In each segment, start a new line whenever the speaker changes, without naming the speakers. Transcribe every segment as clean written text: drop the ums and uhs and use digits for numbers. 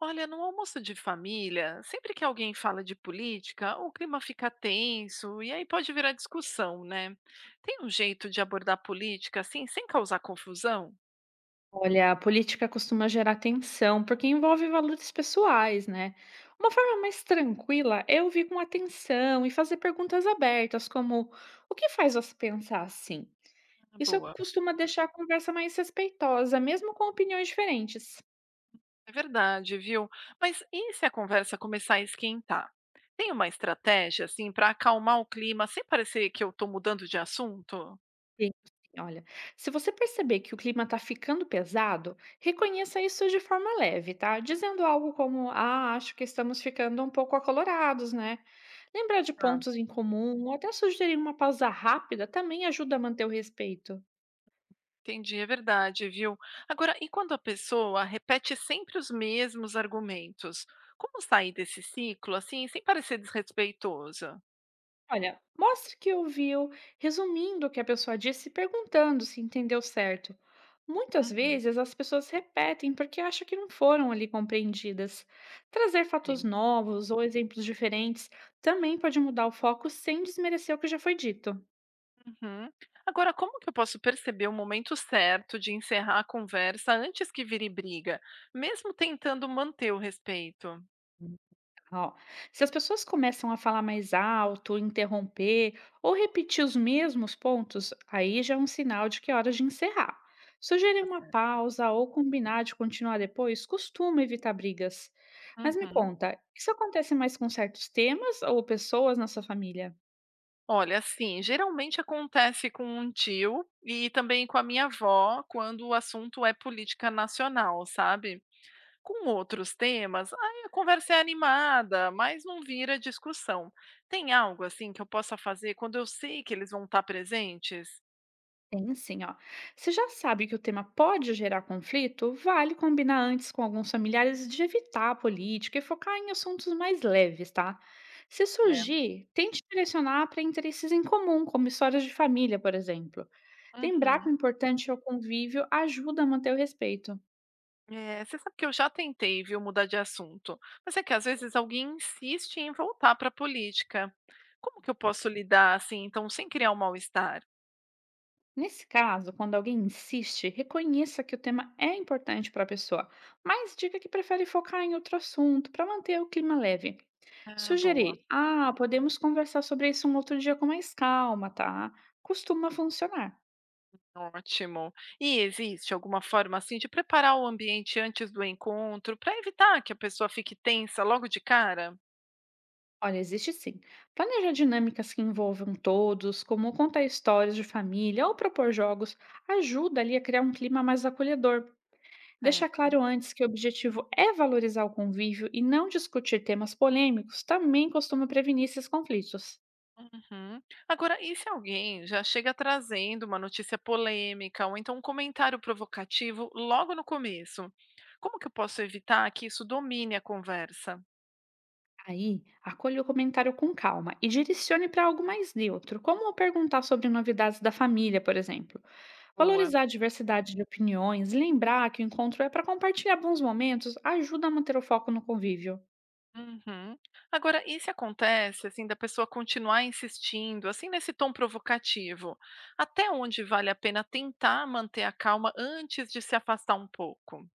Olha, no almoço de família, sempre que alguém fala de política, o clima fica tenso e aí pode virar discussão, né? Tem um jeito de abordar política assim, sem causar confusão?
Olha, a política costuma gerar tensão, porque envolve valores pessoais, né? Uma forma mais tranquila é ouvir com atenção e fazer perguntas abertas, como o que faz você pensar assim?
Ah,
Isso
boa,
costuma deixar a conversa mais respeitosa, mesmo com opiniões diferentes.
é verdade, viu? Mas e se a conversa começar a esquentar? Tem uma estratégia assim para acalmar o clima sem parecer que eu estou mudando de assunto?
Tenho sim, olha, se você perceber que o clima está ficando pesado, reconheça isso de forma leve, tá? Dizendo algo como: ah, acho que estamos ficando um pouco acolorados, né? Lembrar de pontos em comum ou até sugerir uma pausa rápida também ajuda a manter o respeito.
Entendi, é verdade, viu? Agora, e quando a pessoa repete sempre os mesmos argumentos? Como sair desse ciclo, assim, sem parecer desrespeitosa?
Olha, mostre que ouviu, resumindo o que a pessoa disse e perguntando se entendeu certo. Muitas
Uhum,
vezes as pessoas repetem porque acham que não foram ali compreendidas. Trazer
ok.
fatos novos ou exemplos diferentes também pode mudar o foco sem desmerecer o que já foi dito.
Uhum. Agora, como que eu posso perceber o momento certo de encerrar a conversa antes que vire briga, mesmo tentando manter o respeito?
Ó, se as pessoas começam a falar mais alto, interromper ou repetir os mesmos pontos, aí já é um sinal de que é hora de encerrar. Sugerir
Tá
uma
certo.
pausa ou combinar de continuar depois costuma evitar brigas. Mas me
Uhum.
conta, isso acontece mais com certos temas ou pessoas na sua família?
Olha, assim, geralmente acontece com um tio e também com a minha avó, quando o assunto é política nacional, sabe? Com outros temas, aí a conversa é animada, mas não vira discussão. Tem algo assim que eu possa fazer quando eu sei que eles vão estar presentes,
Tem sim, ó. Se já sabe que o tema pode gerar conflito, vale combinar antes com alguns familiares de evitar a política e focar em assuntos mais leves, tá? Se
né?
surgir, tente direcionar para interesses em comum, como histórias de família, por exemplo. Lembrar
Uhum.
que o importante é o convívio ajuda a manter o respeito.
É, você sabe que eu já tentei, viu, mudar de assunto, mas é que às vezes alguém insiste em voltar para a política. Como que eu posso lidar assim, então, sem criar um mal-estar?
Nesse caso, quando alguém insiste, reconheça que o tema é importante para a pessoa, mas diga que prefere focar em outro assunto para manter o clima leve.
Ah, boa,
Sugerir, ah, podemos conversar sobre isso um outro dia com mais calma, tá? Costuma funcionar.
ótimo. E existe alguma forma assim de preparar o ambiente antes do encontro para evitar que a pessoa fique tensa logo de cara?
Olha, existe sim. Planejar dinâmicas que envolvam todos, como contar histórias de família ou propor jogos, ajuda ali a criar um clima mais acolhedor. Deixar
Certo.
claro antes que o objetivo é valorizar o convívio e não discutir temas polêmicos também costuma prevenir esses conflitos.
Uhum. Agora, e se alguém já chega trazendo uma notícia polêmica ou então um comentário provocativo logo no começo? Como que eu posso evitar que isso domine a conversa?
Aí, acolha o comentário com calma e direcione para algo mais neutro, como perguntar sobre novidades da família, por exemplo.
Boa.
Valorizar a diversidade de opiniões, lembrar que o encontro é para compartilhar bons momentos, ajuda a manter o foco no convívio.
Uhum. Agora, e se acontece assim da pessoa continuar insistindo, assim nesse tom provocativo? Até onde vale a pena tentar manter a calma antes de se afastar um pouco?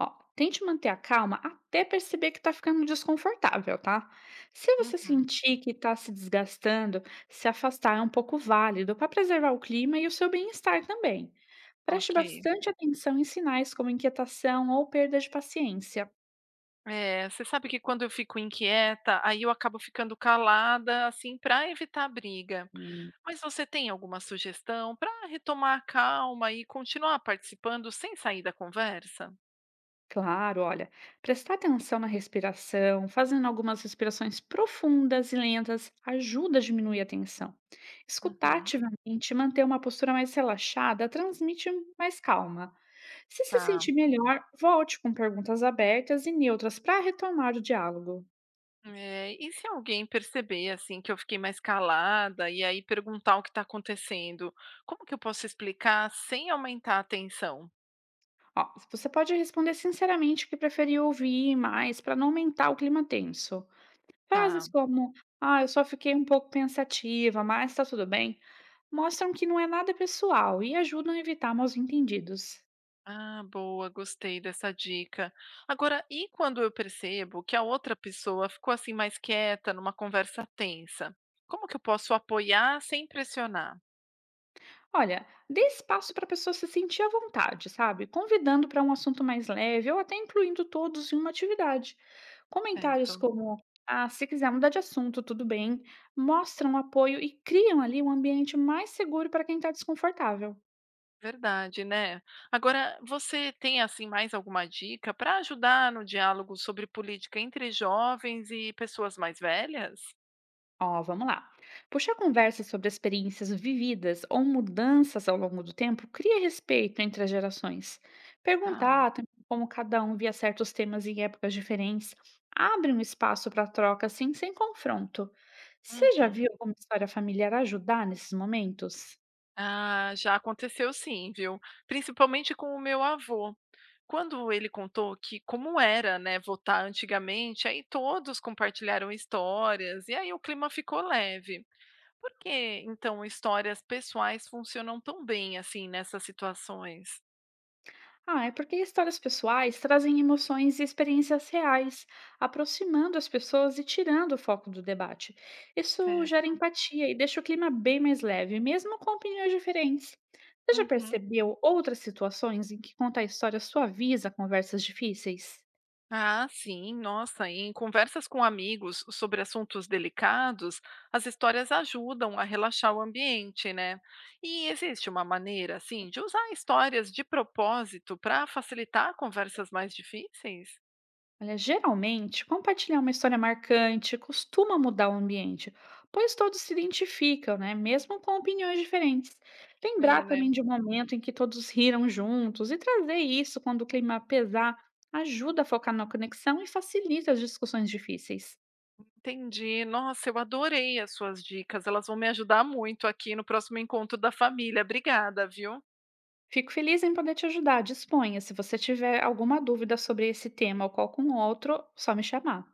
Ó, tente manter a calma até perceber que está ficando desconfortável, tá? Se você
Uhum.
sentir que está se desgastando, se afastar é um pouco válido para preservar o clima e o seu bem-estar também. Preste
Ok.
bastante atenção em sinais como inquietação ou perda de paciência.
É, você sabe que quando eu fico inquieta, aí eu acabo ficando calada, assim, para evitar briga.
Hum.
Mas você tem alguma sugestão para retomar a calma e continuar participando sem sair da conversa?
Claro, olha, prestar atenção na respiração, fazendo algumas respirações profundas e lentas, ajuda a diminuir a tensão. Escutar
Uhum,
ativamente e manter uma postura mais relaxada transmite mais calma. Se sentir
tá.
melhor, volte com perguntas abertas e neutras para retomar o diálogo.
É, e se alguém perceber, assim, que eu fiquei mais calada e aí perguntar o que está acontecendo, como que eu posso explicar sem aumentar a tensão?
Ó, você pode responder sinceramente o que preferiu ouvir mais para não aumentar o clima tenso.
Tá.
Frases como: ah, eu só fiquei um pouco pensativa, mas tá tudo bem, mostram que não é nada pessoal e ajudam a evitar mal-entendidos.
Ah, boa, gostei dessa dica. Agora, e quando eu percebo que a outra pessoa ficou assim mais quieta numa conversa tensa? Como que eu posso apoiar sem pressionar?
Olha, dê espaço para a pessoa se sentir à vontade, sabe? Convidando para um assunto mais leve ou até incluindo todos em uma atividade. Comentários
Certo,
como, ah, se quiser mudar de assunto, tudo bem, mostram apoio e criam ali um ambiente mais seguro para quem está desconfortável.
verdade, né? Agora, você tem assim mais alguma dica para ajudar no diálogo sobre política entre jovens e pessoas mais velhas?
Ó, vamos lá. Puxar conversas sobre experiências vividas ou mudanças ao longo do tempo cria respeito entre as gerações.
Tá.
Perguntar também como cada um via certos temas em épocas diferentes abre um espaço para troca assim, sem confronto. Você já
Uhum.
viu alguma história familiar ajudar nesses momentos?
Ah, já aconteceu sim, viu? Principalmente com o meu avô. Quando ele contou que como era, né, votar antigamente, aí todos compartilharam histórias e aí o clima ficou leve. Por que então histórias pessoais funcionam tão bem assim nessas situações?
Ah, é porque histórias pessoais trazem emoções e experiências reais, aproximando as pessoas e tirando o foco do debate. Isso gera
Certo.
empatia e deixa o clima bem mais leve, mesmo com opiniões diferentes. Você já
Uhum.
percebeu outras situações em que contar história suaviza conversas difíceis?
Ah, sim, nossa, e em conversas com amigos sobre assuntos delicados, as histórias ajudam a relaxar o ambiente, né? E existe uma maneira, assim, de usar histórias de propósito para facilitar conversas mais difíceis?
Olha, geralmente, compartilhar uma história marcante costuma mudar o ambiente, pois todos se identificam, né? Mesmo com opiniões diferentes.
É,
Lembrar
né?
também de um momento em que todos riram juntos e trazer isso quando o clima pesar ajuda a focar na conexão e facilita as discussões difíceis.
Entendi. Nossa, eu adorei as suas dicas. Elas vão me ajudar muito aqui no próximo encontro da família. Obrigada, viu?
Fico feliz em poder te ajudar. Disponha. Se você tiver alguma dúvida sobre esse tema ou qualquer um outro, só me chamar.